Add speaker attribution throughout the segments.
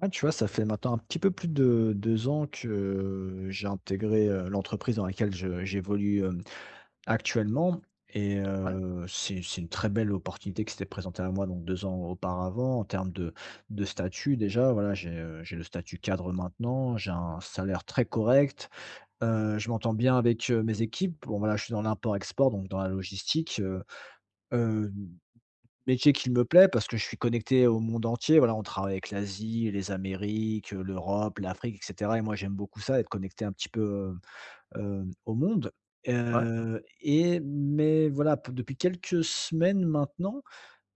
Speaker 1: Ouais, tu vois, ça fait maintenant un petit peu plus de 2 ans que, j'ai intégré, l'entreprise dans laquelle je j'évolue, actuellement. Et
Speaker 2: Ouais,
Speaker 1: c'est une très belle opportunité qui s'était présentée à moi donc 2 ans auparavant en termes de statut déjà. Voilà, j'ai le statut cadre maintenant, j'ai un salaire très correct, je m'entends bien avec, mes équipes. Bon voilà, je suis dans l'import-export donc dans la logistique, hem Métier qui me plaît parce que je suis connecté au monde entier. Voilà, on travaille avec l'Asie, les Amériques, l'Europe, l'Afrique et cetera, et moi j'aime beaucoup ça, être connecté un petit peu, au monde.
Speaker 2: ouais,
Speaker 1: Mais voilà, p depuis quelques semaines maintenant,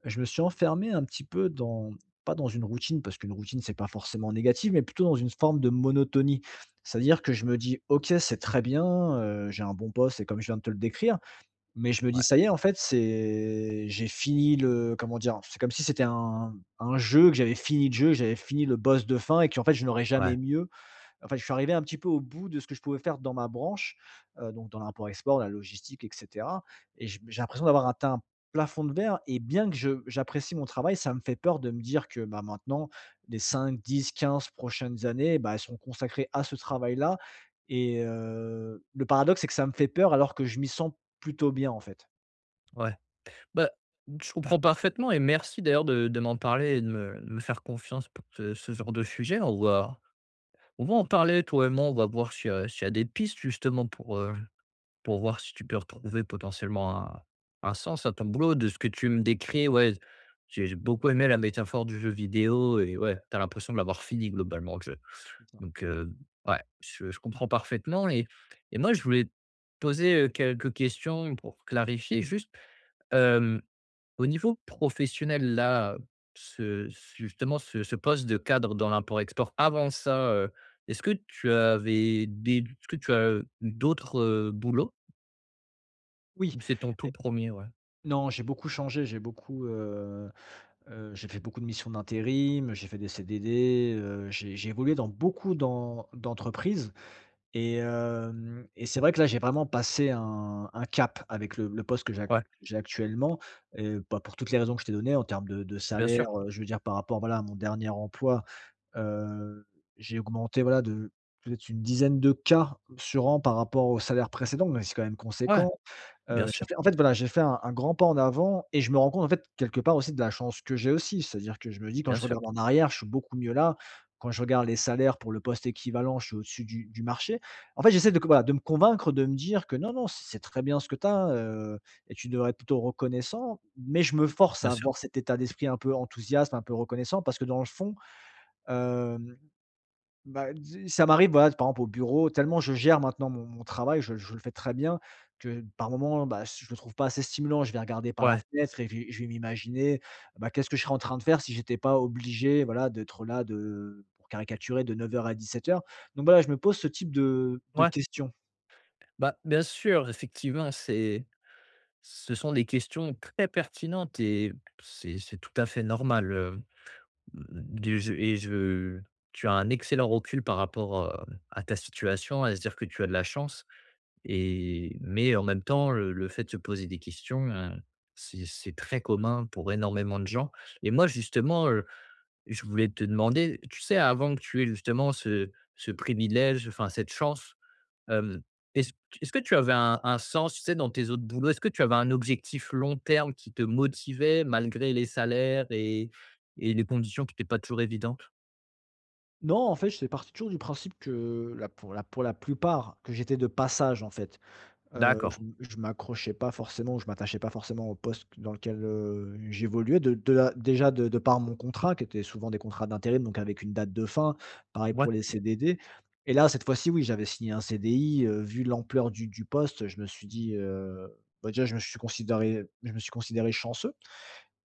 Speaker 1: je me suis enfermé un petit peu dans pas dans une routine, parce qu'une routine c'est pas forcément négatif, mais plutôt dans une forme de monotonie. C'est-à-dire que je me dis: «OK, c'est très bien, j'ai un bon poste» et comme je viens de te le décrire, mais je me
Speaker 2: ouais,
Speaker 1: dis: «Ça y est, en fait, c'est j'ai fini le» comment dire? C'est comme si c'était un jeu, que j'avais fini le jeu, que j'avais fini le boss de fin et qu'en fait, je n'aurais
Speaker 2: ouais,
Speaker 1: jamais mieux. Enfin, je suis arrivé un petit peu au bout de ce que je pouvais faire dans ma branche, donc dans l'import-export, la logistique et cetera, et je j'ai l'impression d'avoir atteint un plafond de verre, et bien que je j'apprécie mon travail, ça me fait peur de me dire que, bah, maintenant, les cinq dix quinze prochaines années, bah, elles sont consacrées à ce travail-là. Et le paradoxe, c'est que ça me fait peur alors que je m'y sens plutôt bien, en fait.
Speaker 2: ouais. Bah, je comprends parfaitement et merci d'ailleurs de m'en parler et de me faire confiance pour ce genre de sujet. On va en parler toi et moi, on va voir s'il y a des pistes justement pour voir si tu peux retrouver potentiellement un sens à ton boulot. De ce que tu me décris, ouais, j'ai beaucoup aimé la métaphore du jeu vidéo et ouais, t'as l'impression de l'avoir fini globalement le jeu.
Speaker 1: C'est ça.
Speaker 2: Donc, ouais, je comprends parfaitement et moi je voulais te poser, quelques questions pour clarifier juste. Hem, Au niveau professionnel là, ce justement ce poste de cadre dans l'import-export, avant ça, est-ce que tu avais des est-ce que tu as eu d'autres, boulots?
Speaker 1: Oui,
Speaker 2: Ou c'est ton tout
Speaker 1: et
Speaker 2: premier? Ouais.
Speaker 1: non, j'ai beaucoup changé, j'ai beaucoup, j'ai fait beaucoup de missions d'intérim, j'ai fait des CDD, j'ai évolué dans beaucoup d'entreprises. Et c'est vrai que là, j'ai vraiment passé un cap avec le poste que
Speaker 2: Ouais,
Speaker 1: j'ai actuellement, et pas pour toutes les raisons que je t'ai données en termes de
Speaker 2: bien sûr.
Speaker 1: salaire, je veux dire par rapport, voilà, à mon dernier emploi. Heu, j'ai augmenté voilà de peut-être une dizaine de K sur an par rapport au salaire précédent, mais c'est quand même
Speaker 2: Ouais,
Speaker 1: conséquent.
Speaker 2: bien
Speaker 1: J'ai
Speaker 2: sûr,
Speaker 1: fait en fait voilà, j'ai fait un grand pas en avant et je me rends compte en fait quelque part aussi de la chance que j'ai aussi. C'est-à-dire que je me dis quand
Speaker 2: bien
Speaker 1: je
Speaker 2: sûr,
Speaker 1: regarde en arrière, je suis beaucoup mieux là. Quand je regarde les salaires pour le poste équivalent, je suis au-dessus du marché. En fait, j'essaie de voilà, de me convaincre, de me dire que non, non, c'est très bien ce que tu as, et tu devrais être plutôt reconnaissant. Mais je me force
Speaker 2: bien
Speaker 1: à
Speaker 2: sûr.
Speaker 1: avoir cet état d'esprit un peu enthousiaste, un peu reconnaissant parce que dans le fond, Hem, bah, dis ça m'arrive, voilà, par exemple au bureau, tellement je gère maintenant mon travail, je le fais très bien que par moment, bah, si je ne le trouve pas assez stimulant, je vais regarder par la
Speaker 2: Ouais,
Speaker 1: fenêtre et je vais m'imaginer, bah, qu'est-ce que je serais en train de faire si j'étais pas obligé, voilà, d'être là de pour caricaturer de neuf heures à dix-sept heures. Donc voilà, je me pose ce type de
Speaker 2: ouais.
Speaker 1: questions.
Speaker 2: Bah, bien sûr, effectivement, c'est. Ce sont des questions très pertinentes et c'est tout à fait normal, du je et je tu as un excellent recul par rapport, à ta situation, à se dire que tu as de la chance et mais en même temps, le fait de se poser des questions, c'est très commun pour énormément de gens et moi justement, je voulais te demander, tu sais, avant que tu aies justement ce privilège, enfin cette chance. Hem, est-ce est-ce que tu avais un sens, tu sais, dans tes autres boulots? Est-ce que tu avais un objectif long terme qui te motivait malgré les salaires et les conditions qui étaient pas toujours évidentes?
Speaker 1: Non, en fait, j'étais parti toujours du principe que la pour la pour la plupart, que j'étais de passage, en fait.
Speaker 2: D'accord.
Speaker 1: Je m'accrochais pas forcément, je m'attachais pas forcément au poste dans lequel, j'évoluais de la déjà de par mon contrat qui était souvent des contrats d'intérim, donc avec une date de fin, pareil
Speaker 2: Ouais,
Speaker 1: pour les CDD. Et là, cette fois-ci, oui, j'avais signé un CDI, vu l'ampleur du poste, je me suis dit, bah, déjà je me suis considéré chanceux,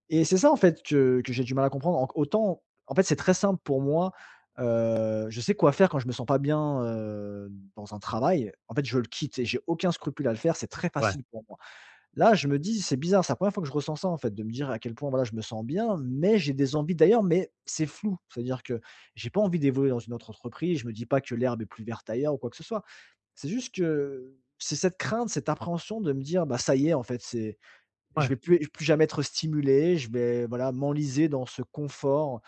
Speaker 1: et c'est ça, en fait, que j'ai du mal à comprendre. En autant en fait, c'est très simple pour moi, je sais quoi faire quand je me sens pas bien, dans un travail. En fait, je le quitte et j'ai aucun scrupule à le faire, c'est très
Speaker 2: ouais,
Speaker 1: facile pour moi. Là, je me dis: «C'est bizarre, c'est la première fois que je ressens ça, en fait», de me dire à quel point, voilà, je me sens bien, mais j'ai des envies d'ailleurs, mais c'est flou. C'est-à-dire que j'ai pas envie d'évoluer dans une autre entreprise, je me dis pas que l'herbe est plus verte ailleurs ou quoi que ce soit. C'est juste que c'est cette crainte, cette appréhension de me dire: «Bah, ça y est, en fait, c'est je
Speaker 2: ouais,
Speaker 1: vais plus jamais être stimulé, je vais, voilà, m'enliser dans ce confort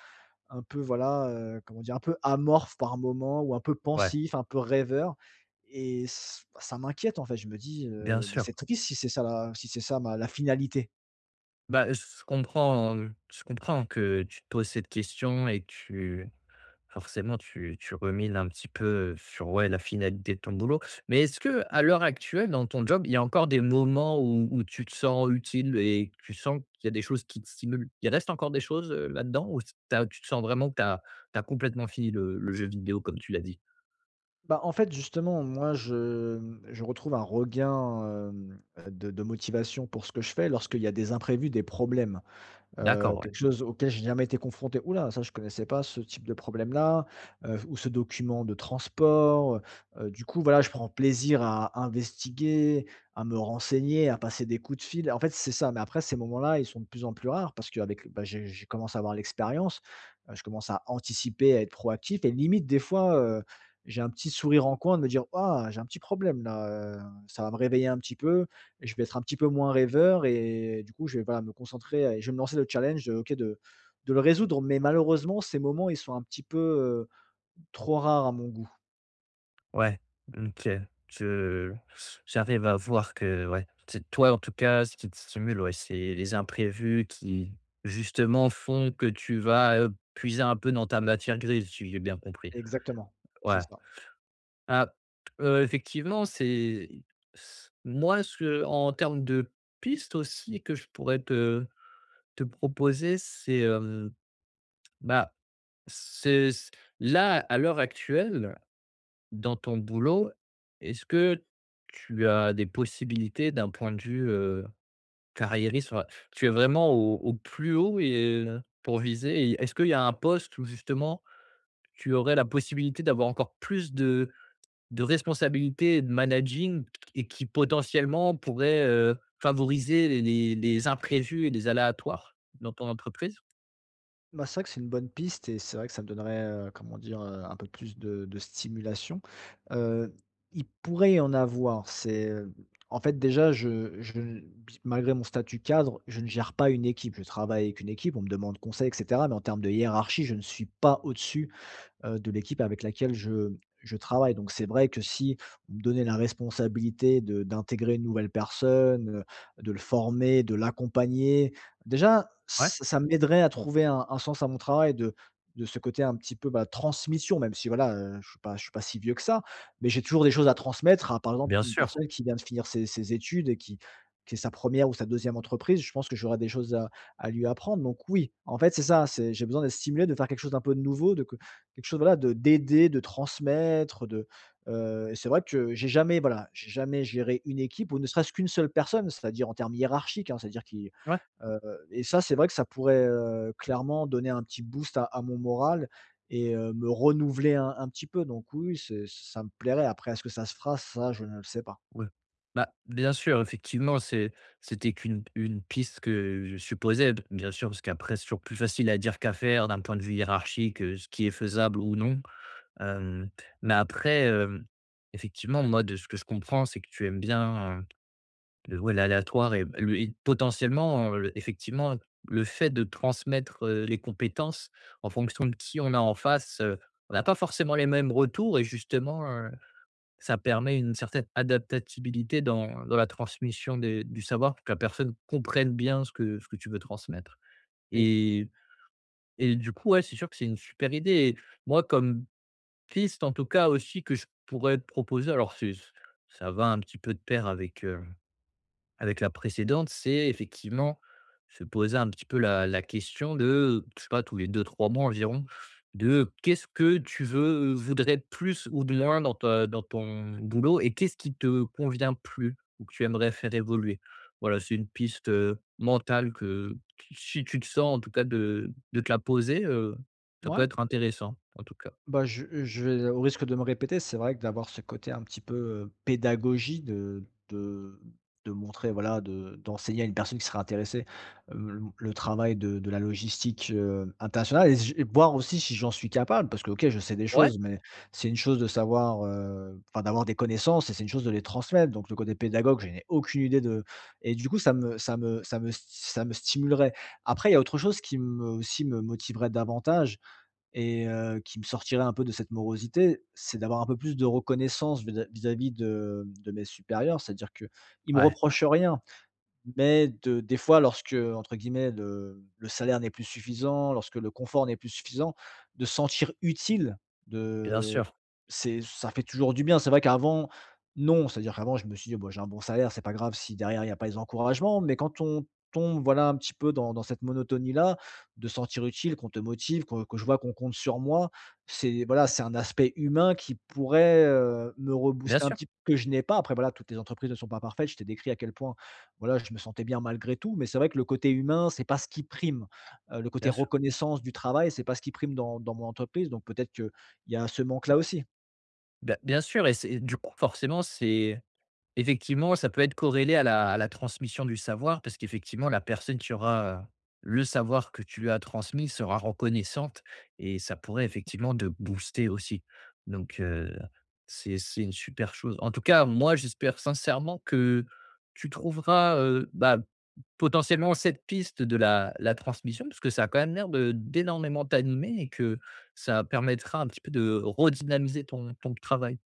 Speaker 1: un peu, voilà, comment dire? Un peu amorphe par moment ou un peu
Speaker 2: ouais,
Speaker 1: pensif, un peu rêveur, et ç ça m'inquiète, en fait. Je me dis,
Speaker 2: bien
Speaker 1: «Bah,
Speaker 2: sûr.
Speaker 1: c'est triste si c'est ça la si c'est ça ma la finalité».
Speaker 2: Bah, je comprends que tu te poses cette question et que tu. Forcément, tu remines un petit peu sur, ouais, la finalité de ton boulot. Mais est-ce que à l'heure actuelle, dans ton job, il y a encore des moments où où tu te sens utile et que tu sens qu'il y a des choses qui te stimulent? Il reste encore des choses, là-dedans ou tu tu te sens vraiment que tu as complètement fini le jeu vidéo comme tu l'as dit?
Speaker 1: Bah, en fait, justement, moi, je, mmh, je retrouve un regain, de motivation pour ce que je fais lorsqu'il y a des imprévus, des problèmes.
Speaker 2: D'accord, ouais.
Speaker 1: Quelque chose auquel j'ai jamais été confronté. Oula, ça je connaissais pas ce type de problème-là, ou ce document de transport», du coup, voilà, je prends plaisir à investiguer, à me renseigner, à passer des coups de fil. En fait, c'est ça, mais après ces moments-là, ils sont de plus en plus rares parce qu'avec bah, j'ai je commence à avoir l'expérience, je commence à anticiper, à être proactif, et limite des fois, j'ai un petit sourire en coin de me dire: «Ah, j'ai un petit problème là, heu», ça va me réveiller un petit peu, je vais être un petit peu moins rêveur et du coup, je vais, voilà, me concentrer et je vais me lancer le challenge de OK, de le résoudre. Mais malheureusement, ces moments, ils sont un petit peu, heu, trop rares à mon goût.
Speaker 2: Ouais, OK. Je J'arrive à voir que ouais, c'est toi, en tout cas, ce qui te stimule, ouais, c'est les imprévus qui, justement, font que tu vas, puiser un peu dans ta matière grise, si j'ai bien compris.
Speaker 1: Exactement, c'est
Speaker 2: Ouais.
Speaker 1: ça.
Speaker 2: Ah, effectivement, c'est moi, ce en termes de pistes aussi que je pourrais te te proposer, c'est, bah, c'est là, à l'heure actuelle. Dans ton boulot, est-ce que tu as des possibilités d'un point de vue, carriériste? Enfin, tu es vraiment au au plus haut et pour viser et est-ce qu'il y a un poste où justement tu aurais la possibilité d'avoir encore plus de responsabilités et de managing et qui potentiellement pourrait, favoriser les imprévus et les aléatoires dans ton entreprise?
Speaker 1: Bah, c'est vrai que c'est une bonne piste et c'est vrai que ça me donnerait, comment dire? Un peu plus de stimulation. Heu, il pourrait y en avoir, c'est, en fait, déjà, je n malgré mon statut cadre, je ne gère pas une équipe. Je travaille avec une équipe, on me demande conseil et cetera, mais en termes de hiérarchie, je ne suis pas au-dessus, de l'équipe avec laquelle je travaille. Donc c'est vrai que si on me donnait la responsabilité de d'intégrer une nouvelle personne, de le former, de l'accompagner, déjà
Speaker 2: Ouais,
Speaker 1: ça m'aiderait à trouver un sens à mon travail de ce côté un petit peu, bah, transmission, même si voilà, je suis pas si vieux que ça, mais j'ai toujours des choses à transmettre à, par exemple,
Speaker 2: bien
Speaker 1: une
Speaker 2: sûr.
Speaker 1: personne qui vient de finir ses ses études et qui est sa première ou sa deuxième entreprise. Je pense que j'aurai des choses à lui apprendre. Donc oui, en fait, c'est ça, c'est j'ai besoin d'être stimulé, de faire quelque chose d'un peu de nouveau, de quelque chose, voilà, de d'aider, de transmettre, de, et c'est vrai que j'ai jamais, voilà, j'ai jamais géré une équipe ou ne serait-ce qu'une seule personne, c'est-à-dire en termes hiérarchiques, hein, c'est-à-dire qui,
Speaker 2: Ouais,
Speaker 1: et ça, c'est vrai que ça pourrait, clairement donner un petit boost à mon moral, et me renouveler un petit peu, donc oui, oui, c'est ça me plairait. Après est-ce que ça se fera? Ça, je ne le sais pas.
Speaker 2: ouais. Bah, bien sûr, effectivement, c'est. C'était qu'une une piste que je supposais, b bien sûr, parce qu'après, c'est toujours plus facile à dire qu'à faire d'un point de vue hiérarchique, ce qui est faisable ou non. Hem, mais après, effectivement, moi, de ce que je comprends, c'est que tu aimes bien. Le Ouais, l'aléatoire et le et potentiellement, effectivement, le fait de transmettre, les compétences en fonction de qui on a en face, on n'a pas forcément les mêmes retours et justement, ça permet une certaine adaptabilité dans la transmission des du savoir pour que la personne comprenne bien ce que tu veux transmettre
Speaker 1: Et
Speaker 2: et et du coup, ouais, c'est sûr que c'est une super idée et moi, comme piste, en tout cas, aussi, que je pourrais te proposer, alors c'est ça va un petit peu de pair avec, avec la précédente, c'est effectivement se poser un petit peu la question de, je sais pas, tous les deux trois mois environ, de qu'est-ce que tu veux voudrais être plus ou de moins dans ta dans ton boulot et qu'est-ce qui te convient plus ou que tu aimerais faire évoluer? Voilà, c'est une piste, mentale que si tu te sens en tout cas de te la poser, ça peut
Speaker 1: ouais.
Speaker 2: être intéressant en tout cas.
Speaker 1: Bah, je vais au risque de me répéter, c'est vrai que d'avoir ce côté un petit peu, pédagogie de montrer, voilà, de d'enseigner à une personne qui serait intéressée, le travail de la logistique, internationale et j et voir aussi si j'en suis capable parce que, OK, je sais des
Speaker 2: Ouais,
Speaker 1: choses, mais c'est une chose de savoir, enfin, d'avoir des connaissances et c'est une chose de les transmettre, donc le côté pédagogue, je n'ai aucune idée de, et du coup, ça me stimulerait. Après, il y a autre chose qui me aussi me motiverait davantage, et qui me sortirait un peu de cette morosité, c'est d'avoir un peu plus de reconnaissance vis-à-vis de mes supérieurs. C'est-à-dire que ils me
Speaker 2: ouais,
Speaker 1: reprochent rien. Mais de des fois lorsque, entre guillemets, le salaire n'est plus suffisant, lorsque le confort n'est plus suffisant, de se sentir utile,
Speaker 2: bien
Speaker 1: de
Speaker 2: sûr,
Speaker 1: c'est ça fait toujours du bien. C'est vrai qu'avant, non, c'est-à-dire qu'avant je me suis dit: bon j'ai un bon salaire, c'est pas grave si derrière il y a pas les encouragements» mais quand on tombe, voilà, un petit peu dans dans cette monotonie-là, de se sentir utile, qu'on te motive, que je vois qu'on compte sur moi, c'est voilà, c'est un aspect humain qui pourrait, me
Speaker 2: bien
Speaker 1: rebooster un
Speaker 2: sûr,
Speaker 1: petit peu que je n'ai pas. Après voilà, toutes les entreprises ne sont pas parfaites, je t'ai décrit à quel point voilà, je me sentais bien malgré tout, mais c'est vrai que le côté humain, c'est pas ce qui prime. Le côté
Speaker 2: bien sûr.
Speaker 1: reconnaissance du travail, c'est pas ce qui prime dans dans mon entreprise, donc peut-être qu'il y a ce manque-là aussi.
Speaker 2: Bah, bien sûr et c'est du coup forcément c'est. Effectivement, ça peut être corrélé à la transmission du savoir parce qu'effectivement la personne qui aura, le savoir que tu lui as transmis sera reconnaissante et ça pourrait effectivement te booster aussi. Donc c'est une super chose. En tout cas, moi, j'espère sincèrement que tu trouveras, bah, potentiellement cette piste de la transmission parce que ça a quand même l'air de d'énormément t'animer et que ça permettra un petit peu de redynamiser ton ton travail.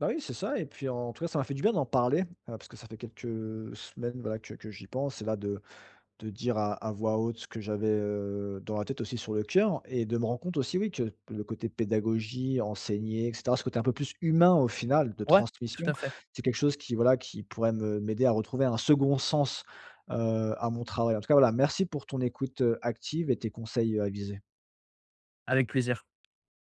Speaker 1: Bah, oui, c'est ça et puis en tout cas, ça m'a fait du bien d'en parler, parce que ça fait quelques semaines, voilà, que j'y pense et là de dire à voix haute ce que j'avais, dans la tête aussi sur le cœur et de me rendre compte aussi, oui, que le côté pédagogie, enseigner et cetera, ce côté un peu plus humain au final de
Speaker 2: Ouais, tout
Speaker 1: transmission,
Speaker 2: à fait,
Speaker 1: c'est quelque chose qui, voilà, qui pourrait me m'aider à retrouver un second sens, à mon travail. En tout cas, voilà, merci pour ton écoute, active et tes conseils, avisés.
Speaker 2: avec plaisir.